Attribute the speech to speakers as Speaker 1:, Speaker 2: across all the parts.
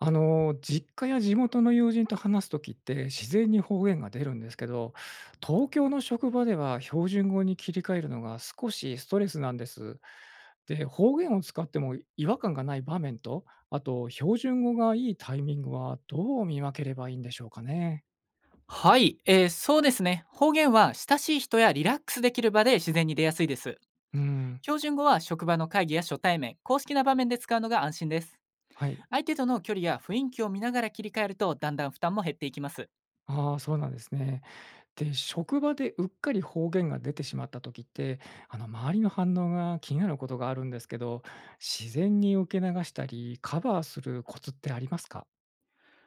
Speaker 1: あの、実家や地元の友人と話す時って自然に方言が出るんですけど、東京の職場では標準語に切り替えるのが少しストレスなんです。で、方言を使っても違和感がない場面と、あと標準語がいいタイミングはどう見分ければいいんでしょうかね。
Speaker 2: はい、そうですね。方言は親しい人やリラックスできる場で自然に出やすいです。
Speaker 1: うん。
Speaker 2: 標準語は職場の会議や初対面、公式な場面で使うのが安心です。
Speaker 1: はい。
Speaker 2: 相手との距離や雰囲気を見ながら切り替えると、だんだん負担も減っていきます。
Speaker 1: ああ、そうなんですね。で、職場でうっかり方言が出てしまった時って、あの、周りの反応が気になることがあるんですけど、自然に受け流したり、カバーするコツってありますか？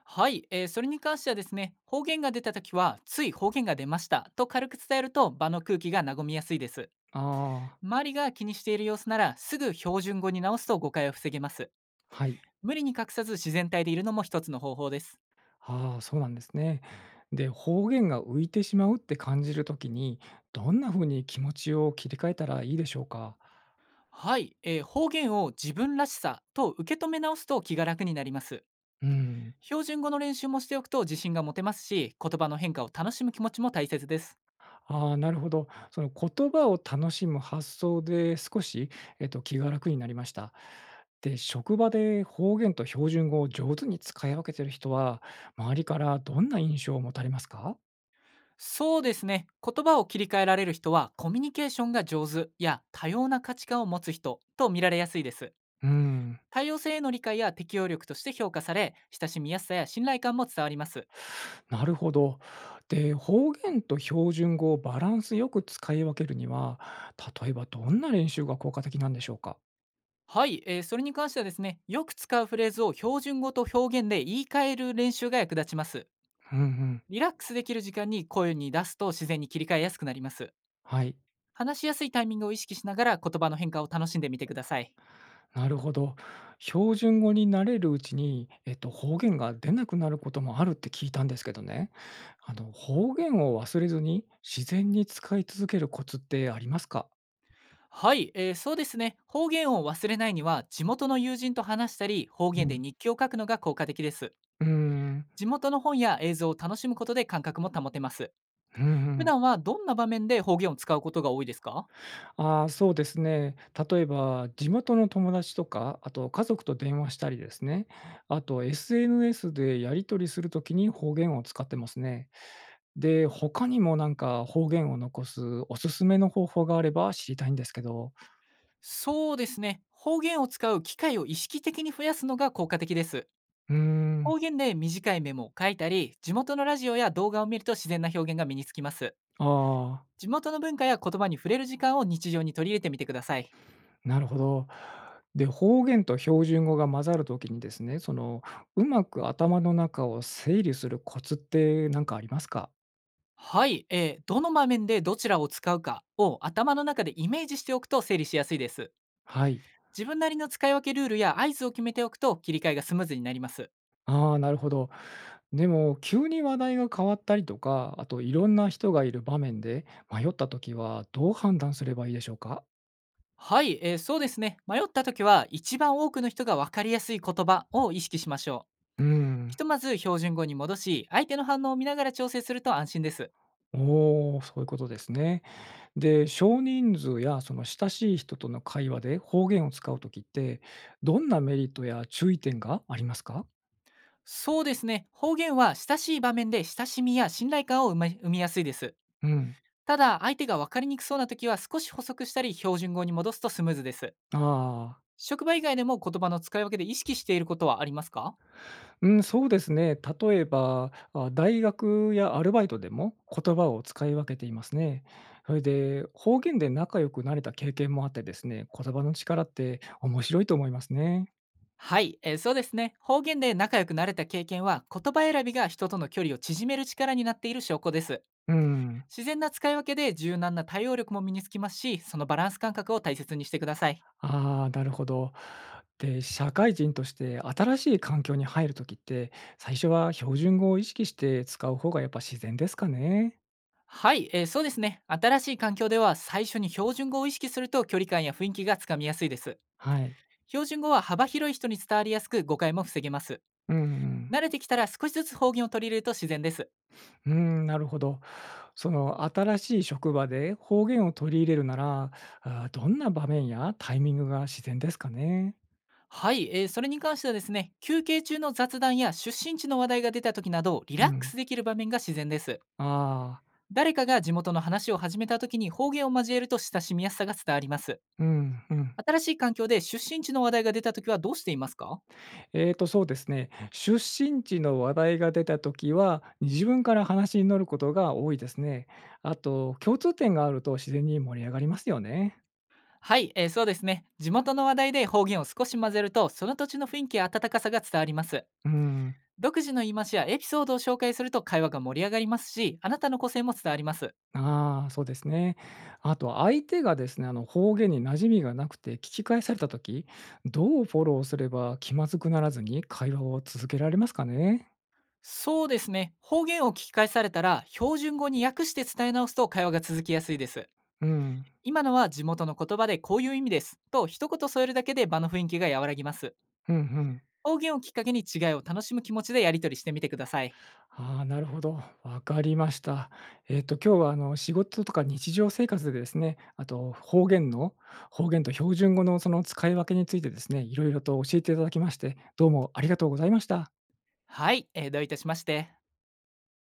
Speaker 2: はい、それに関してはですね、方言が出た時は、つい方言が出ましたと軽く伝えると場の空気が和みやすいです。
Speaker 1: ああ。
Speaker 2: 周りが気にしている様子なら、すぐ標準語に直すと誤解を防げます。
Speaker 1: はい。
Speaker 2: 無理に隠さず自然体でいるのも一つの方法です。
Speaker 1: ああ、そうなんですね。で、方言が浮いてしまうって感じる時に、どんな風に気持ちを切り替えたらいいでしょうか？
Speaker 2: はい、方言を自分らしさと受け止め直すと気が楽になります。
Speaker 1: うん。
Speaker 2: 標準語の練習もしておくと自信が持てますし、言葉の変化を楽しむ気持ちも大切です。
Speaker 1: ああ、なるほど。その言葉を楽しむ発想で少し、気が楽になりました。で、職場で方言と標準語を上手に使い分けてる人は、周りからどんな印象を持たれますか。
Speaker 2: そうですね。言葉を切り替えられる人は、コミュニケーションが上手や多様な価値観を持つ人と見られやすいです。
Speaker 1: うん、
Speaker 2: 多様性への理解や適応力として評価され、親しみやすさや信頼感も伝わります。
Speaker 1: なるほど。で、方言と標準語をバランスよく使い分けるには、例えばどんな練習が効果的なんでしょうか。
Speaker 2: はい、それに関してはですね、よく使うフレーズを標準語と表現で言い換える練習が役立ちます。
Speaker 1: うんうん。
Speaker 2: リラックスできる時間に声に出すと、自然に切り替えやすくなります。
Speaker 1: はい。
Speaker 2: 話しやすいタイミングを意識しながら、言葉の変化を楽しんでみてください。
Speaker 1: なるほど。標準語に慣れるうちに、方言が出なくなることもあるって聞いたんですけどね。あの、方言を忘れずに自然に使い続けるコツってありますか？
Speaker 2: はい、そうですね。方言を忘れないには、地元の友人と話したり、方
Speaker 1: う
Speaker 2: 言で
Speaker 1: ん。
Speaker 2: 日記を書くのが効果的です。
Speaker 1: うーん。
Speaker 2: 地元の本や映像を楽しむことで感覚も保てます。
Speaker 1: うんう
Speaker 2: 普
Speaker 1: ん。
Speaker 2: 段はどんな場面で方言を使うことが多いですか？
Speaker 1: ああ、そうですね。例えば地元の友達とか、あと家族と電話したりですね。あと SNS でやり取りするときに方言を使ってますね。で、他にもなんか方言を残すおすすめの方法があれば知りたいんですけど。
Speaker 2: そうですね。方言を使う機会を意識的に増やすのが効果的です。
Speaker 1: うーん。
Speaker 2: 方言で短いメモを書いたり、地元のラジオや動画を見ると自然な表現が身につきます。
Speaker 1: ああ、
Speaker 2: 地元の文化や言葉に触れる時間を日常に取り入れてみてください。
Speaker 1: なるほど。で、方言と標準語が混ざるときにですね、その、うまく頭の中を整理するコツって何かありますか？
Speaker 2: はい、どの場面でどちらを使うかを頭の中でイメージしておくと整理しやすいです。
Speaker 1: はい。
Speaker 2: 自分なりの使い分けルールや合図を決めておくと、切り替えがスムーズになります。
Speaker 1: ああ、なるほど。でも、急に話題が変わったりとか、あといろんな人がいる場面で迷ったときは、どう判断すればいいでしょうか？
Speaker 2: はい、そうですね。迷った時は、一番多くの人が分かりやすい言葉を意識しましょ
Speaker 1: う
Speaker 2: う。
Speaker 1: ん。
Speaker 2: ひとまず標準語に戻し、相手の反応を見ながら調整すると安心です。
Speaker 1: おお、そういうことですね。で、少人数やその親しい人との会話で方言を使うときって、どんなメリットや注意点がありますか？
Speaker 2: そうですね。方言は親しい場面で親しみや信頼感を生みやすいです。
Speaker 1: うん。
Speaker 2: ただ、相手が分かりにくそうな時は、少し補足したり標準語に戻すとスムーズです。
Speaker 1: ああ。
Speaker 2: 職場以外でも言葉の使い分けで意識していることはありますか？
Speaker 1: うん、そうですね。例えば、あ、大学やアルバイトでも言葉を使い分けていますね。それで、方言で仲良くなれた経験もあってですね、言葉の力って面白いと思いますね。
Speaker 2: はい、そうですね。方言で仲良くなれた経験は、言葉選びが人との距離を縮める力になっている証拠です。
Speaker 1: うん。
Speaker 2: 自然な使い分けで柔軟な対応力も身につきますし、そのバランス感覚を大切にしてください。
Speaker 1: ああ、なるほど。で、社会人として新しい環境に入るときって、最初は標準語を意識して使う方がやっぱ自然ですかね？
Speaker 2: はい、そうですね。新しい環境では、最初に標準語を意識すると距離感や雰囲気がつかみやすいです。
Speaker 1: はい。
Speaker 2: 標準語は幅広い人に伝わりやすく、誤解も防げます。
Speaker 1: うんうん。
Speaker 2: 慣れてきたら、少しずつ方言を取り入れると自然です。
Speaker 1: うん、なるほど。その新しい職場で方言を取り入れるなら、あ、どんな場面やタイミングが自然ですかね？
Speaker 2: はい、それに関してはですね、休憩中の雑談や出身地の話題が出た時など、リ
Speaker 1: う
Speaker 2: ラック
Speaker 1: ん。
Speaker 2: スできる場面が自然です。
Speaker 1: ああ。
Speaker 2: 誰かが地元の話を始めた時に方言を交えると、親しみやすさが伝わります。
Speaker 1: うんうん。
Speaker 2: 新しい環境で出身地の話題が出た時はどうしていますか？
Speaker 1: えーと、そうですね。出身地の話題が出た時は、自分から話に乗ることが多いですね。あと、共通点があると自然に盛り上がりますよね。
Speaker 2: はい、そうですね。地元の話題で方言を少し混ぜると、その土地の雰囲気や温かさが伝わります。
Speaker 1: うん。
Speaker 2: 独自の言い回しやエピソードを紹介すると会話が盛り上がりますし、あなたの個性も伝わります。
Speaker 1: ああ、そうですね。あと相手がですね、あの、方言に馴染みがなくて聞き返された時、どうフォローすれば気まずくならずに会話を続けられますかね？
Speaker 2: そうですね。方言を聞き返されたら、標準語に訳して伝え直すと会話が続きやすいです。「
Speaker 1: うん。
Speaker 2: 今のは地元の言葉でこういう意味です」と一言添えるだけで、場の雰囲気が和らぎます。
Speaker 1: うんうん。
Speaker 2: 方言をきっかけに違いを楽しむ気持ちでやり取りしてみてください。
Speaker 1: ああ、なるほど。わかりました。今日はあの、仕事とか日常生活でですね、あと方言の方言と標準語のその使い分けについてですね、いろいろと教えていただきまして、どうもありがとうございました。
Speaker 2: はい、どういたしまして。